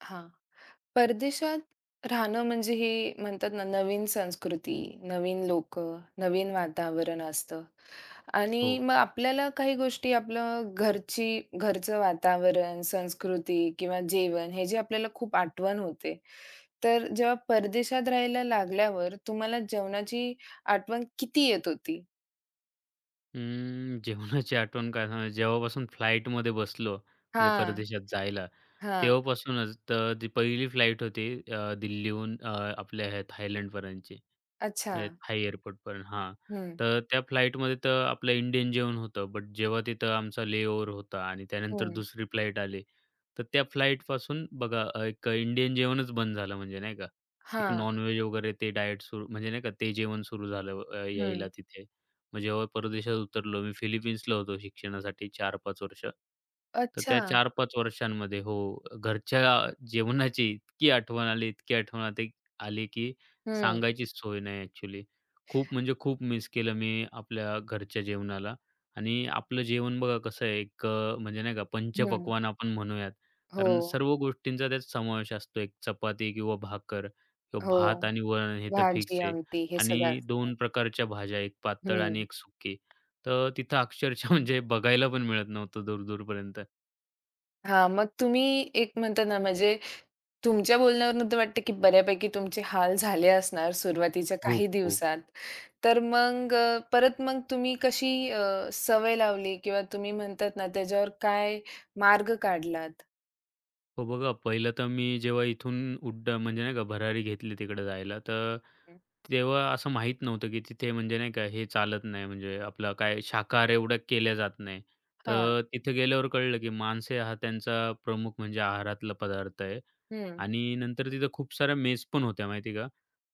हां. परदेशात राहणं म्हणजे हे म्हणतात ना, नवीन संस्कृती, नवीन लोक नवीन वातावरण असतं हो. आणि मग आपल्याला काही गोष्टी आपलं घरचं वातावरण, संस्कृती किंवा जेवण हे जे आपल्याला खूप आठवण होते. तर जेव्हा परदेशात राहायला लागल्यावर तुम्हाला जेवणाची आठवण किती येत होती? जेवणाची आठवण काय सांगायचं, जेव्हापासून फ्लाइटमध्ये बसलो, म्हणजे हां, परदेशात जायला, हां. तेव्हापासूनच तर ती पहिली फ्लाइट होती दिल्लीहून आपल्या ह्या थायलंडपर्यंतची. अच्छा. म्हणजे थाई एअरपोर्टपर्यंत हां. हं, तर त्या फ्लाइटमध्ये तर आपलं इंडियन जेवण होतं, बट जेव्हा तिथं आमचा लेओव्हर होता आणि त्यानंतर हं. दुसरी फ्लाइट आली, तर त्या फ्लाइटपासून बघा एक इंडियन जेवणच बंद झालं म्हणजे नाही का. एक हां, नॉन वगैरे ते डायट सुरू म्हणजे नाही का, ते जेवण सुरू झालं हं. यायला तिथे. मग जेव्हा परदेशात उतरलो मी फिलिपिन्सला होतो शिक्षणासाठी 4-5 वर्ष. तर त्या अच्छा. 4-5 वर्षांमध्ये हो, घरच्या जेवणाची इतकी आठवण आली, इतकी आठवण आते आली की हं, सांगायचीच सोय नाही ॲक्चुअली. खूप म्हणजे खूप मिस केलं मी आपल्या घरच्या जेवणाला आणि आपलं जेवण बघा कसं आहे एक म्हणजे नाही का हं. पंचपक्वान्न आपण म्हणूयात. हो. कारण सर्व गोष्टींचा त्यात समावेश असतो. एक चपाती किंवा भाकर किंवा हो. भात आणि वरण हे तर फिक्स भाजी, आहे. आमटी हे सगळं आणि असतं. दोन प्रकारच्या भाज्या, एक पातळ आणि हं. एक सुकी. तर तिथं अक्षरशः म्हणजे बघायला पण मिळत नव्हतं दूर-दूरपर्यंत. हां, मग तुम्ही एक म्हणता ना म्हणजे तुमच्या बोलण्यावरून तर वाटतं की बऱ्यापैकी तुमचे हाल झाले असणार सुरुवातीच्या खूप, काही खूप. दिवसात. तर मग परत मग तुम्ही कशी सवय लावली किंवा तुम्ही म्हणतात ना त्याच्यावर काय मार्ग काढलात? हो बघा, पहिलं तर मी जेव्हा इथून उड्डाण म्हणजे नाही का भरारी घेतली तिकडे जायला, तर तेव्हा असं माहीत नव्हतं, की तिथे म्हणजे नाही का हे चालत नाही, म्हणजे आपलं काय शाकाहार एवढं केल्या जात नाही. हा हां. तर तिथे गेल्यावर कळलं, की मांस हा त्यांचा प्रमुख म्हणजे आहारातला पदार्थ आहे हं, आणि नंतर तिथं खूप साऱ्या मेस पण होत्या माहिती का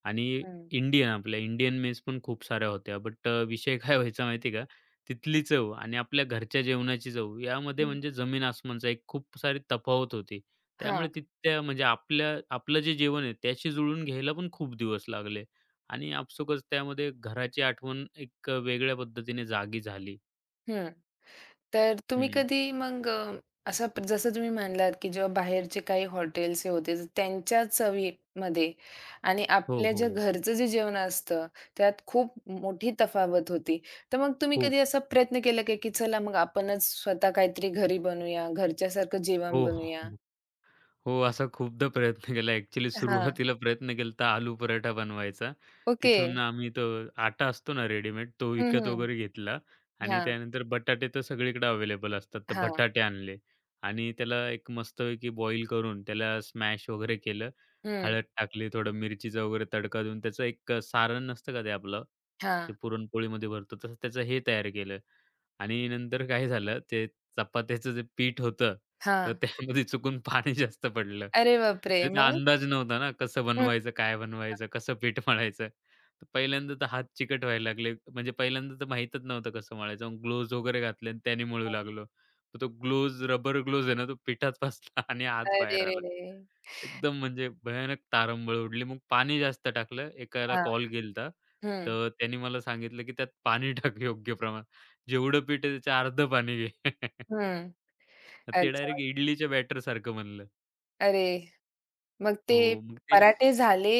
आणि हं. आपल्या इंडियन मेस पण खूप साऱ्या होत्या. बट विषय काय व्हायचा माहिती आहे का? तिथली चव आणि आपल्या घरच्या जेवणाची चव यामध्ये म्हणजे जमीन आसमानचा एक खूप सारी तफावत होती. त्यामुळे हां. तिथल्या म्हणजे आपलं जे जेवण आहे त्याशी जुळवून घ्यायला पण खूप दिवस लागले आणि आपसुकच त्यामध्ये घराची आठवण एक वेगळ्या पद्धतीने जागी झाली. तर तुम्ही हं. कधी मग असं जसं तुम्ही म्हणालात, की जेव्हा बाहेरचे काही हॉटेल्स हे होते, तर त्यांच्या चवीमध्ये आणि हो, आपल्या हो, ज्या हो. घरचं जे जेवण असतं, त्यात खूप मोठी तफावत होती. तर मग तुम्ही खूप. कधी असा प्रयत्न केला का, की चला मग आपणच स्वतः काहीतरी घरी बनवूया, घरच्यासारखं जेवण हो. बनवूया? हो, असा खूपदा प्रयत्न केला. ॲक्चुअली हां, सुरुवातीला प्रयत्न केलता आलू पराठा बनवायचा. ओके. तिथून आम्ही तो आटा असतो ना रेडीमेड, तो हं, विकत हं. वगैरे घेतला आणि हां, त्यानंतर बटाटे तर सगळीकडे अवेलेबल असतात. तर हां. बटाटे आणले आणि त्याला एक मस्तपैकी बॉईल करून त्याला स्मॅश वगैरे केलं. हं. हळद टाकली, थोडं मिरचीचा वगैरे तडका देऊन त्याचं एक सारण नसतं का ते आपलं, हां, ते पुरणपोळीमध्ये भरतो, तसं त्याचं हे तयार केलं. आणि नंतर काय झालं, ते चपात्याचं जे पीठ होतं, तर हां. त्यामध्ये चुकून पाणी जास्त पडलं. अरे बापरे! म्हणजे त्याचा मग? अंदाज नव्हता ना, कसं हं, बनवायचं, काय बनवायचं, कसं पीठ मळायचं. तर पहिल्यांदा तर हात चिकट व्हायला लागले. म्हणजे पहिल्यांदा तर माहीतच नव्हतं कसं मळायचं. मग वगैरे घातले आणि त्याने मळू हं. लागलो. तर तो ग्लोव्हज, रबर ग्लोव्हज आहे ना, तो पिठात फसला आणि हात बाहेर आला. अरेरे! एकदम म्हणजे भयानक तारंबळ उडली. मग पाणी जास्त टाकलं. एकाला हां. कॉल केलता, हं, तर त्याने मला सांगितलं, की त्यात पाणी टाक योग्य प्रमाणात. जेवढं पीठ आहे, त्याचं अर्धं पाणी घे. हं. ते अच्छा. डायरेक्ट इडलीच्या बॅटरसारखं बनलं. अरे! मग ते हो, मग पराठे झाले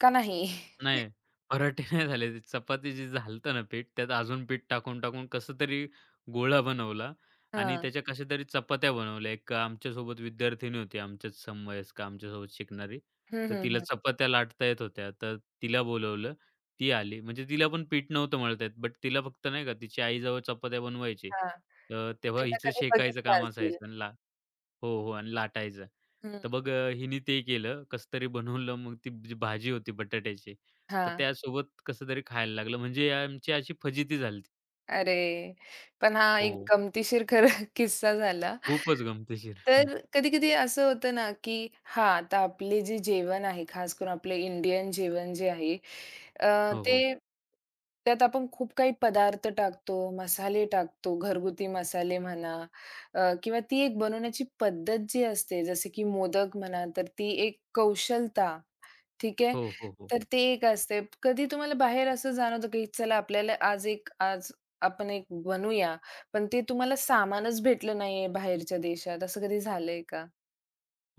का नाही? नाही, पराठे नाही झाले. ते चपाती जे झालं ना पीठ, त्यात अजून पीठ टाकून-टाकून कसं तरी गोळा बनवला आणि हां. त्याच्या कशा तरी चपात्या बनवल्या. एक आमच्यासोबत विद्यार्थिनी होती, आमच्याच समवयस्क, आमच्यासोबत शिकणारी. हं, तर हं, तिला हं. चपात्या लाटता येत होत्या, तर तिला बोलावलं. ती आली. म्हणजे तिला पण पीठ नव्हतं मळता येत, बट तिला फक्त नाही का तिची आई चपात्या बनवायची. हां. तर तेव्हा त्यांना हिचं कधी शेकायचं बघितलं काम असेल. असायचं आणि ला हो, हो. आणि लाटायचं. हं. तर मग हिने ते केलं, कसं तरी बनवलं. मग ती जी भाजी होती बटाट्याची, तर हां. त्यासोबत कसं तरी खायला लागलं. म्हणजे आमची अशी फजिती झाली. अरे! पण हा हो, एक गमतीशीर खरं किस्सा झाला. खूपच गमतीशीर. तर कधी-कधी असं होतं ना, की हां, आता आपले जे जेवण आहे, खास करून आपले इंडियन जेवण जे आहे, हो, ते हो. त्यात आपण खूप काही पदार्थ टाकतो, मसाले टाकतो, घरगुती मसाले म्हणा किंवा ती एक बनवण्याची पद्धत जी असते, जसे की मोदक म्हणा, तर ती एक कौशलता ठीक आहे. हो, हो, हो. तर ते एक असते. कधी तुम्हाला बाहेर असं जाणवतं, की चला आपल्याला आज आपण एक बनवूया, पण ते तुम्हाला सामानच भेटलं नाहीये बाहेरच्या देशात, असं कधी झालंय का?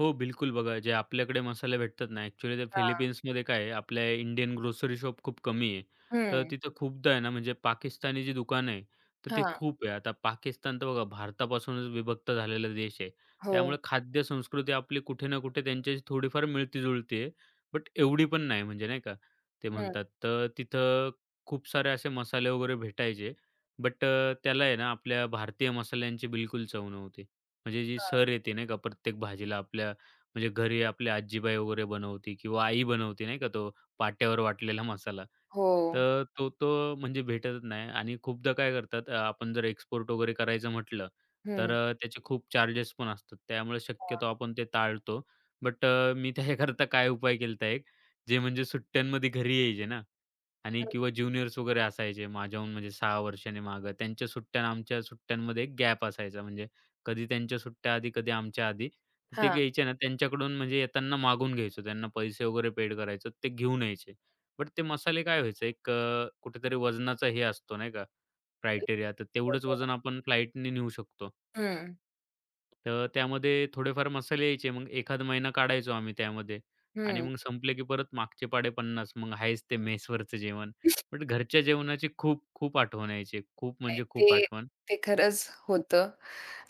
हो, बिलकुल. बघा, जे आपल्याकडे मसाले भेटतात ना, ॲक्चुअली ते हां. फिलिपिन्समध्ये काय आहे, आपल्या इंडियन ग्रोसरी शॉप खूप कमी आहे. तर हं. तिथं खूपदा आहे ना, म्हणजे पाकिस्तानी जी दुकानं आहे, तर ते हां. खूप आहे. आता पाकिस्तान तर बघा भारतापासूनच विभक्त झालेला देश आहे. हो. त्यामुळे खाद्य संस्कृती आपली कुठे ना कुठे त्यांच्याशी थोडीफार मिळती-जुळती आहे. बट एवढी पण नाही म्हणजे नाही का, ते हं. म्हणतात. तर तिथं खूप सारे असे मसाले वगैरे भेटायचे. बट त्याला आहे ना, आपल्या भारतीय मसाल्यांची बिलकुल चव नव्हती. म्हणजे जी हां. सर येते नाही का प्रत्येक भाजीला आपल्या म्हणजे घरी आपली आजीबाई वगैरे बनवते किंवा आई बनवते नाही का तो पाट्यावर वाटलेला मसाला. हो. तर तो तो म्हणजे भेटतच नाही आणि खूपदा काय करतात आपण जर एक्सपोर्ट वगैरे करायचं म्हटलं, तर हं. त्याचे खूप चार्जेस पण असतात. त्यामुळे हां. शक्यतो आपण ते टाळतो. बट मी त्याच्याकरता काय उपाय केलता एक, जे म्हणजे सुट्ट्यांमध्ये घरी यायचे ना, आणि हं. किंवा ज्युनियर्स वगैरे असायचे माझ्याहून म्हणजे 6 वर्षांनी मागं. त्यांच्या सुट्ट्या आणि आमच्या सुट्ट्यांमध्ये एक गॅप असायचा. म्हणजे कधी त्यांच्या सुट्ट्या आधी, कधी आमच्या आधी. तर ते हां. घ्यायचे ना त्यांच्याकडून म्हणजे येताना मागून घ्यायचो. त्यांना पैसे वगैरे पेड करायचो. ते घेऊन यायचे. बट ते मसाले काय व्हायचे एक कुठेतरी वजनाचा हे असतो नाही का क्रायटेरिया. तर तेवढंच वजन आपण फ्लाईटने नेऊ शकतो. हं. तर त्यामध्ये थोडेफार मसाले यायचे. मग एखादा महिना काढायचो आम्ही त्यामध्ये आणि हं. मग संपले की परत मागचे पाड़े पन्नास, मग आहेच ते मेसवरचं जेवण. बट घरच्या जेवणाची खूप, खूप आठवण यायची. खूप नाही, म्हणजे खूप ते आठवण. ते खरंच होतं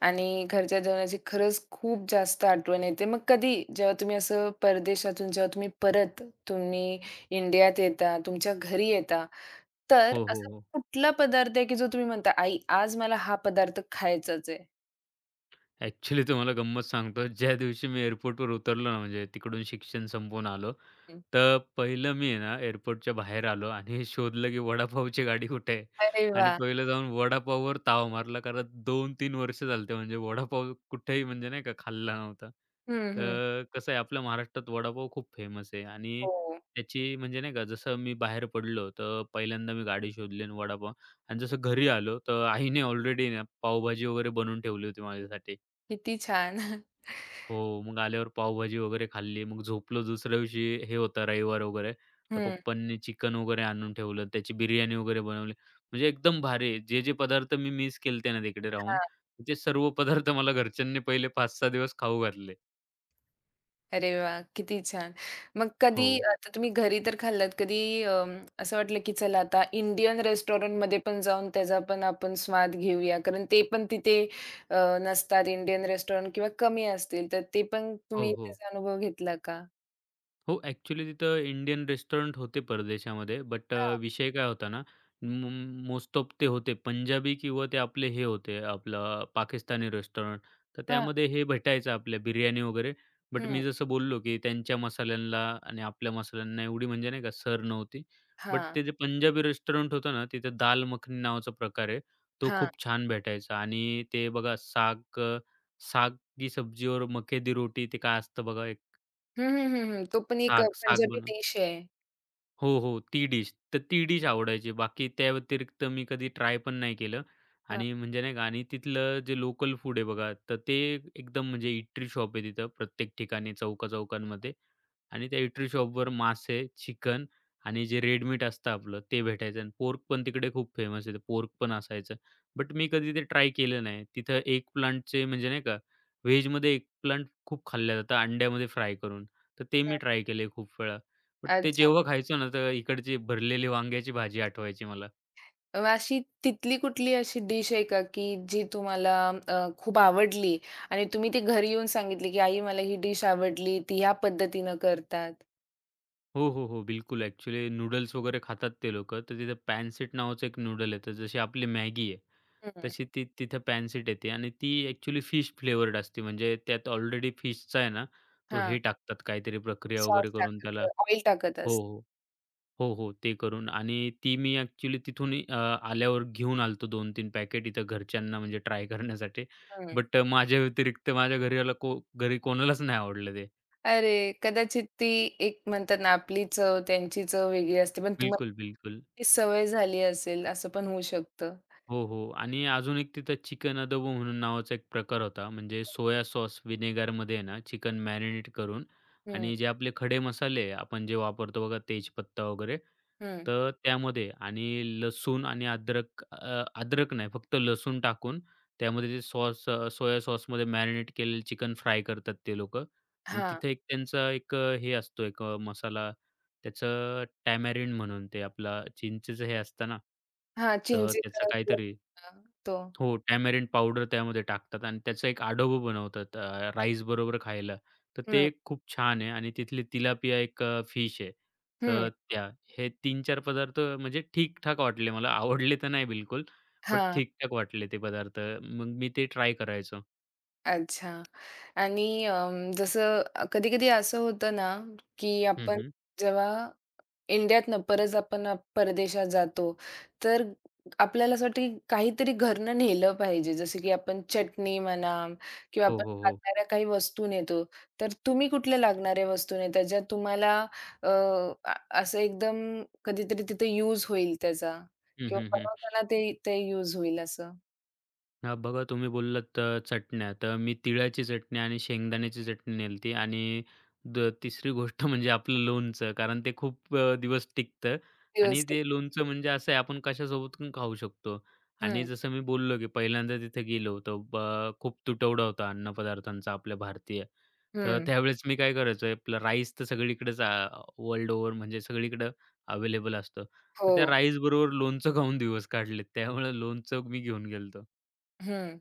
आणि घरच्या जेवणाची खरंच खूप जास्त आठवण येते. मग कधी जेव्हा तुम्ही असं परदेशातून जेव्हा तुम्ही परत तुम्ही इंडियात येता, तुमच्या घरी येता, तर हो, हो, असा हो. कुठला पदार्थ आहे, की जो तुम्ही म्हणता, "आई, आज मला हा पदार्थ खायचाच आहे." ॲक्चुअली तुम्हाला गंमत सांगतो. ज्या दिवशी मी एअरपोर्टवर उतरलो ना म्हणजे तिकडून शिक्षण संपवून आलो. हं. तर पहिलं मी आहे ना एअरपोर्टच्या बाहेर आलो आणि शोधलं की वडापावची गाडी कुठे आहे अरे आणि वाह! पहिलं जाऊन वडापाववर ताव मारला कारण 2 तीन वर्ष झालते म्हणजे वडापाव कुठेही म्हणजे नाही का खाल्ला नव्हता. हं, हं. तर कसं आहे आपल्या महाराष्ट्रात वडापाव खूप फेमस आहे आणि हो. त्याची म्हणजे नाही का जसं मी बाहेर पडलो तर पहिल्यांदा मी गाडी शोधली आणि वडापाव आणि जसं घरी आलो तर आईने ऑलरेडी ना पावभाजी वगैरे बनवून ठेवली होती माझ्यासाठी. किती छान. हो, मग आल्यावर पावभाजी वगैरे खाल्ली. मग झोपलो दुसऱ्या दिवशी हे होता रविवार वगैरे. तर हं. पप्पांनी चिकन वगैरे आणून ठेवलं. त्याची बिर्याणी वगैरे बनवली. म्हणजे एकदम भारी. जे, जे पदार्थ मी मिस केलते ना तिकडे राहून, हां. ते सर्व पदार्थ मला घरच्यांनी पहिले 5-6 दिवस खाऊ घातले. अरे वाह! किती छान. मग कधी हो. आता तुम्ही घरी तर खाल्लात, कधी असं वाटलं की चला आता इंडियन रेस्टॉरंटमध्ये पण जाऊन त्याचा पण आपण स्वाद घेऊया. कारण ते पण तिथे नसतात इंडियन रेस्टॉरंट किंवा कमी असतील. तर ते पण हो, तुम्ही हो. त्याचा अनुभव घेतला का? हो, ॲक्चुअली तिथं इंडियन रेस्टॉरंट होते परदेशामध्ये, बट हां, विषय काय होता ना, मोस्ट ऑफ ते होते पंजाबी किंवा ते आपले हे होते, आपलं पाकिस्तानी रेस्टॉरंट. तर हां. त्यामध्ये हे भेटायचं आपल्या बिर्याणी वगैरे. बट हं. मी जसं बोललो, की त्यांच्या मसाल्यांना आणि आपल्या मसाल्यांना एवढी म्हणजे नाही का सर नव्हती. बट हां, ते जे पंजाबी रेस्टॉरंट होतं ना, तिथं दाल मखनी नावाचा प्रकार आहे. तो हां. खूप छान भेटायचा आणि ते बघा साग की सब्जी और मक्के दी रोटी ते काय असतं बघा एक हं, हं, हं, हं. तो पण एक साग, साग पंजाबी बन डिश आहे. हो, हो. ती डिश. तर ती डिश आवडायची. बाकी त्या व्यतिरिक्त मी कधी ट्राय पण नाही केलं हां, आणि म्हणजे नाही का आणि तिथलं जे लोकल फूड आहे बघा, तर ते एकदम म्हणजे इटरी शॉप आहे तिथं प्रत्येक ठिकाणी चौका-चौकांमध्ये. आणि त्या इटरी शॉपवर मासे, चिकन आणि जे रेड मीट असतं आपलं ते भेटायचं आणि पोर्क पण तिकडे खूप फेमस आहे. पोर्क पण असायचं. बट मी कधी ते ट्राय केलं नाही. तिथं एक प्लांटचे म्हणजे नाही का व्हेजमध्ये एग प्लांट खूप खाल्लं जातं अंड्यामध्ये फ्राय करून. तर ते हं. मी ट्राय केले खूप वेळा. बट ते अच्छा. जेव्हा खायचो ना, तर इकडची भरलेली वांग्याची भाजी आठवायची मला. अशी तिथली कुठली अशी डिश आहे का, की जी तुम्हाला खूप आवडली आणि तुम्ही ती घरी येऊन सांगितली, की "आई मला ही डिश आवडली, ती ह्या पद्धतीनं करतात." हो, हो, हो. बिलकुल. ॲक्चुअली नूडल्स वगैरे खातात ते लोकं. तर तिथे पॅनसीट नावाचं एक नूडल येतं. जशी आपली मॅगी आहे, हं. तशी ती तिथं पॅनसीट येते आणि ती ॲक्चुअली फिश फ्लेवर्ड असते. म्हणजे त्यात ऑलरेडी फिशचा आहे ना, तो हां, हे टाकतात काहीतरी प्रक्रिया सॉस वगैरे करून त्याला टाकत, ऑइल टाकत हो, असतात. हो. हो, हो. ते करून आणि ती मी ॲक्चुअली तिथून आल्यावर घेऊन आलो होतो 2 पॅकेट इथं घरच्यांना म्हणजे ट्राय करण्यासाठी. हं. बट माझ्या व्यतिरिक्त माझ्या घरी कोणालाच नाही आवडलं ते. अरे, कदाचित ती एक म्हणतात ना, आपली चव त्यांची चव वेगळी असते, पण तुम्हाला बिलकुल, बिलकुल. ती सवय झाली असेल, असं पण होऊ शकतं. हो, हो. आणि अजून एक तिथं चिकन अदबो म्हणून नावाचा एक प्रकार होता. म्हणजे सोया सॉस व्हिनेगरमध्ये आहे ना चिकन मॅरिनेट करून हं, आणि जे आपले खडे मसाले आपण जे वापरतो बघा तेजपत्ता वगैरे, हं. तर त्यामध्ये आणि लसूण आणि अद्रक अ, अद्रक नाही फक्त लसूण टाकून त्यामध्ये ते सोया सॉसमध्ये मॅरिनेट केलेलं चिकन फ्राय करतात ते लोकं आणि हां, तिथे त्यांचा एक हे असतो मसाला त्याचं टॅमॅरिंड म्हणून ते आपला चिंचेचं हे असतं ना, हां, तर चिंचेचा त्याचं रस काहीतरी असतो तो. हो, टॅमॅरिंड पावडर त्यामध्ये टाकतात आणि त्याचं एक आढोबं बनवतात राईस बरोबर खायला. तर हं, ते खूप छान आहे आणि तिथली तिलापिया एक फिश आहे. तर त्या हे 3-4 पदार्थ म्हणजे ठीक-ठाक वाटले मला. आवडले तर नाही बिलकुल, बट हं. ठीक-ठाक वाटले ते पदार्थ. मग मी ते ट्राय करायचो. अच्छा आणि जसं कधी-कधी असं होतं ना, की हं, आपण हं. जेव्हा इंडियातनं परत आपण परदेशात जातो, तर आपल्याला असं वाटतं की काहीतरी घरनं नेलं पाहिजे. जसं की आपण चटणी म्हणा किंवा हो, आपण हो, हो. लागणाऱ्या काही वस्तू नेतो. तर तुम्ही कुठल्या लागणाऱ्या वस्तू नेता ज्या तुम्हाला अ, अ, असं एकदम कधीतरी तिथे यूज होईल त्याचा हं, किंवा हं, हं. बनवताना ते ते यूज होईल असं? हां, बघा तुम्ही बोललात चटण्या, तर मी तिळाची चटणी आणि शेंगदाण्याची चटणी नेलती आणि तिसरी गोष्ट म्हणजे आपलं लोणचं. कारण ते खूप दिवस टिकतं आणि रिअलिस्टिक. ते लोणचं म्हणजे असं आहे आपण कशासोबत पण खाऊ शकतो. आणि हं, जसं मी बोललो, की पहिल्यांदा तिथे गेलो तर खूप तुटवडा होता अन्नपदार्थांचा आपल्या भारतीय. तर हं. त्यावेळेस मी काय करायचो, आपलं राईस तर सगळीकडेच वर्ल्ड ओव्हर म्हणजे सगळीकडं अवेलेबल असतं. तर हो. त्या राईसबरोबर लोणचं खाऊन दिवस काढलेत. त्यामुळे लोणचं मी घेऊन गेलो हं.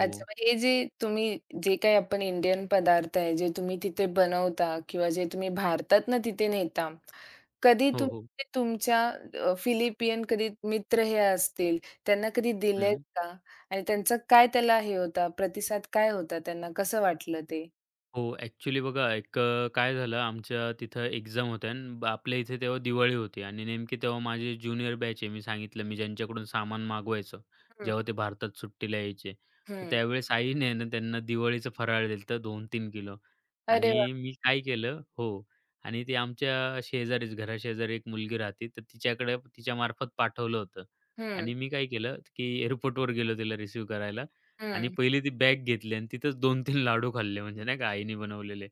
अच्छा, मग हे जे तुम्ही जे काही आपण इंडियन पदार्थ आहे, जे तुम्ही तिथे बनवता किंवा जे तुम्ही भारतातनं तिथे नेता, कधी हो, तुम्ही हो. ते तुमच्या फिलिपियन कधी मित्र हे असतील, त्यांना कधी दिलेत हं. का? आणि त्यांचा काय त्याला हे होता, प्रतिसाद काय होता त्यांना? कसं वाटलं ते? हो, ॲक्चुअली बघा एक काय झालं आमच्या तिथं एक्झाम होत्या आणि आपल्या इथे तेव्हा दिवाळी होती आणि नेमकी तेव्हा माझी ज्युनियर बॅच आहे. मी सांगितलं मी ज्यांच्याकडून सामान मागवायचो, हं, जेव्हा ते भारतात सुट्टीला यायचे. तर हं. त्यावेळेस आईने आहे ना त्यांना दिवाळीचं फराळ दिलं होतं 2-3 किलो अरे आणि वाह! मी काय केलं हो. आणि ते आमच्या शेजारीच घराशेजारी एक मुलगी राहते, तर तिच्याकडे तिच्यामार्फत पाठवलं होतं हं, आणि मी काय केलं, की एअरपोर्टवर गेलो तिला रिसीव्ह करायला. आणि हं. पहिली ती बॅग घेतली आणि तिथेच 2-3 लाडू खाल्ले म्हणजे नाही का आईने बनवलेले.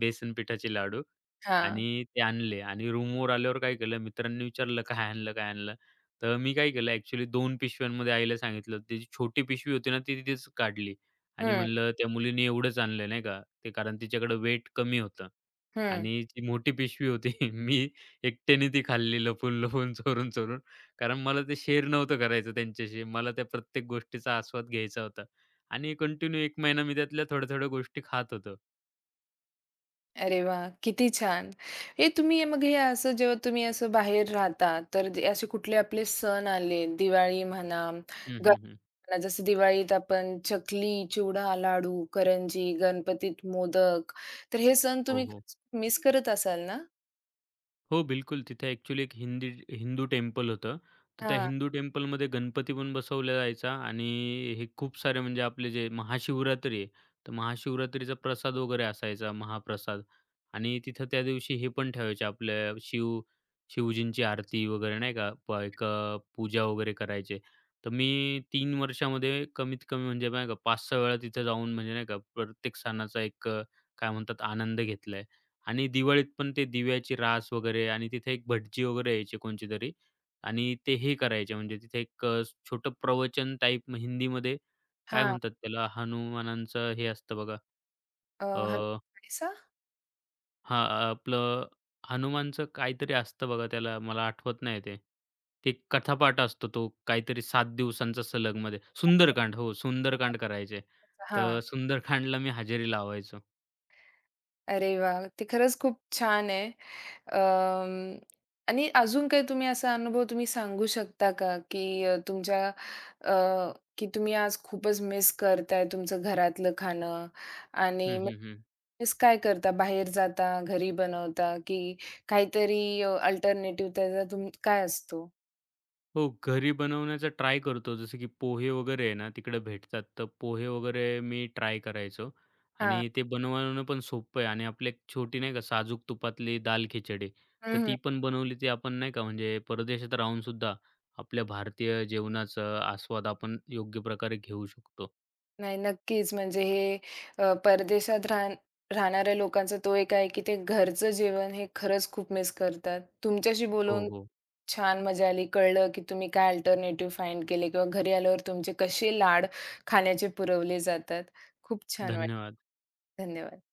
बेसन पिठाचे लाडू हां. आणि ते आणले आणि रूमवर आल्यावर काय केलं मित्रांनी विचारलं, "काय आणलं? काय आणलं?" तर मी काय केलं ॲक्चुअली 2 पिशव्यांमध्ये आईला सांगितलं. त्याची छोटी पिशवी होती ना ती तिथेच काढली आणि हं, म्हणलं त्या मुलीने एवढंच आणलं नाही का ते कारण तिच्याकडे वेट कमी होतं हं. आणि जी मोठी पिशवी होती मी एकट्याने ती खाल्ली लपून-लपून, चोरून-चोरून. कारण मला ते शेअर नव्हतं करायचं त्यांच्याशी. मला त्या प्रत्येक गोष्टीचा आस्वाद घ्यायचा होता. आणि कंटिन्यू 1 महिना मी त्यातल्या थोड्या-थोड्या गोष्टी खात होतो. अरे वाह! किती छान. हे तुम्ही मग हे असं जेव्हा तुम्ही असं बाहेर राहता, तर जे असे कुठले आपले सण आले, दिवाळी म्हणा, हं, हं, हं. गणपती जसं दिवाळीत आपण चकली, चिवडा, लाडू, करंजी, गणपतीत मोदक, तर हे सण हो, तुम्ही हो. मिस करत असाल ना? हो, बिलकुल. तिथे ॲक्चुअली एक हिंदू टेम्पल होतं. तर त्या हां, हिंदू टेम्पलमध्ये गणपती पण बसवला जायचा आणि हे खूप सारे म्हणजे आपले जे महाशिवरात्री आहे, तर महाशिवरात्रीचा प्रसाद वगैरे असायचा, महाप्रसाद. आणि तिथं त्या दिवशी हे पण ठेवायचे आपल्या शिवजींची आरती वगैरे नाही का, एक पूजा वगैरे करायचे. तर मी 3 वर्षामध्ये कमीत कमी म्हणजे नाही का 5-6 वेळा तिथे जाऊन म्हणजे नाही का, प्रत्येक सणाचा एक काय म्हणतात आनंद घेतलाय. आणि दिवाळीत पण ते दिव्याची रास वगैरे आणि तिथे एक भटजी वगैरे यायचे कोणचेतरी आणि ते हे करायचे म्हणजे तिथे एक छोटं प्रवचन टाईप हिंदीमध्ये काय हां. म्हणतात त्याला हनुमानांचं हे असतं बघा हनुमान अ, चालीसा? हां, आपलं हनुमानचं काहीतरी असतं बघा त्याला मला आठवत नाही ते. ते कथापाठ असतो तो काहीतरी 7 दिवसांचा सलगमध्ये. अच्छा. सुंदरकांड हो, सुंदरकांड करायचे. हां. तर सुंदरकांडला मी हजेरी लावायचो. अरे वाह! ते खरंच खूप छान आहे. अं, आणि अजून काही तुम्ही असा अनुभव तुम्ही सांगू शकता का, की तुमच्या अ, की तुम्ही आज खूपच मिस करताय तुमचं घरातलं खाणं हं, आणि हं, हं. मिस काय करता? बाहेर जाता, घरी बनवता की काहीतरी अल्टरनेटिव्ह त्याचा तुम काय असतो? हो, घरी बनवण्याचा ट्राय करतो. जसं की पोहे वगैरे आहे ना, तिकडे भेटतात. तर पोहे वगैरे मी ट्राय करायचो हां. आणि ते बनवणं पण सोपं आहे आणि आपली एक छोटी नाही का साजूक तुपातली दाल खिचडी, तर हं, हं. ती पण बनवली ती आपण नाही का म्हणजे परदेशात राहूनसुद्धा आपल्या भारतीय जेवणाचा आस्वाद आपण योग्य प्रकारे घेऊ शकतो. नाही, नक्कीच. म्हणजे हे परदेशात राहणाऱ्या लोकांचा तो एक आहे, की ते घरचं जेवण हे खरंच खूप मिस करतात. तुमच्याशी हो, बोलून हो. छान मजा आली. कळलं की तुम्ही काय अल्टरनेटिव्ह फाइंड केले किंवा घरी आल्यावर तुमचे कसे लाड खाण्याचे पुरवले जातात. खूप छान वाटलं. धन्यवाद. धन्यवाद.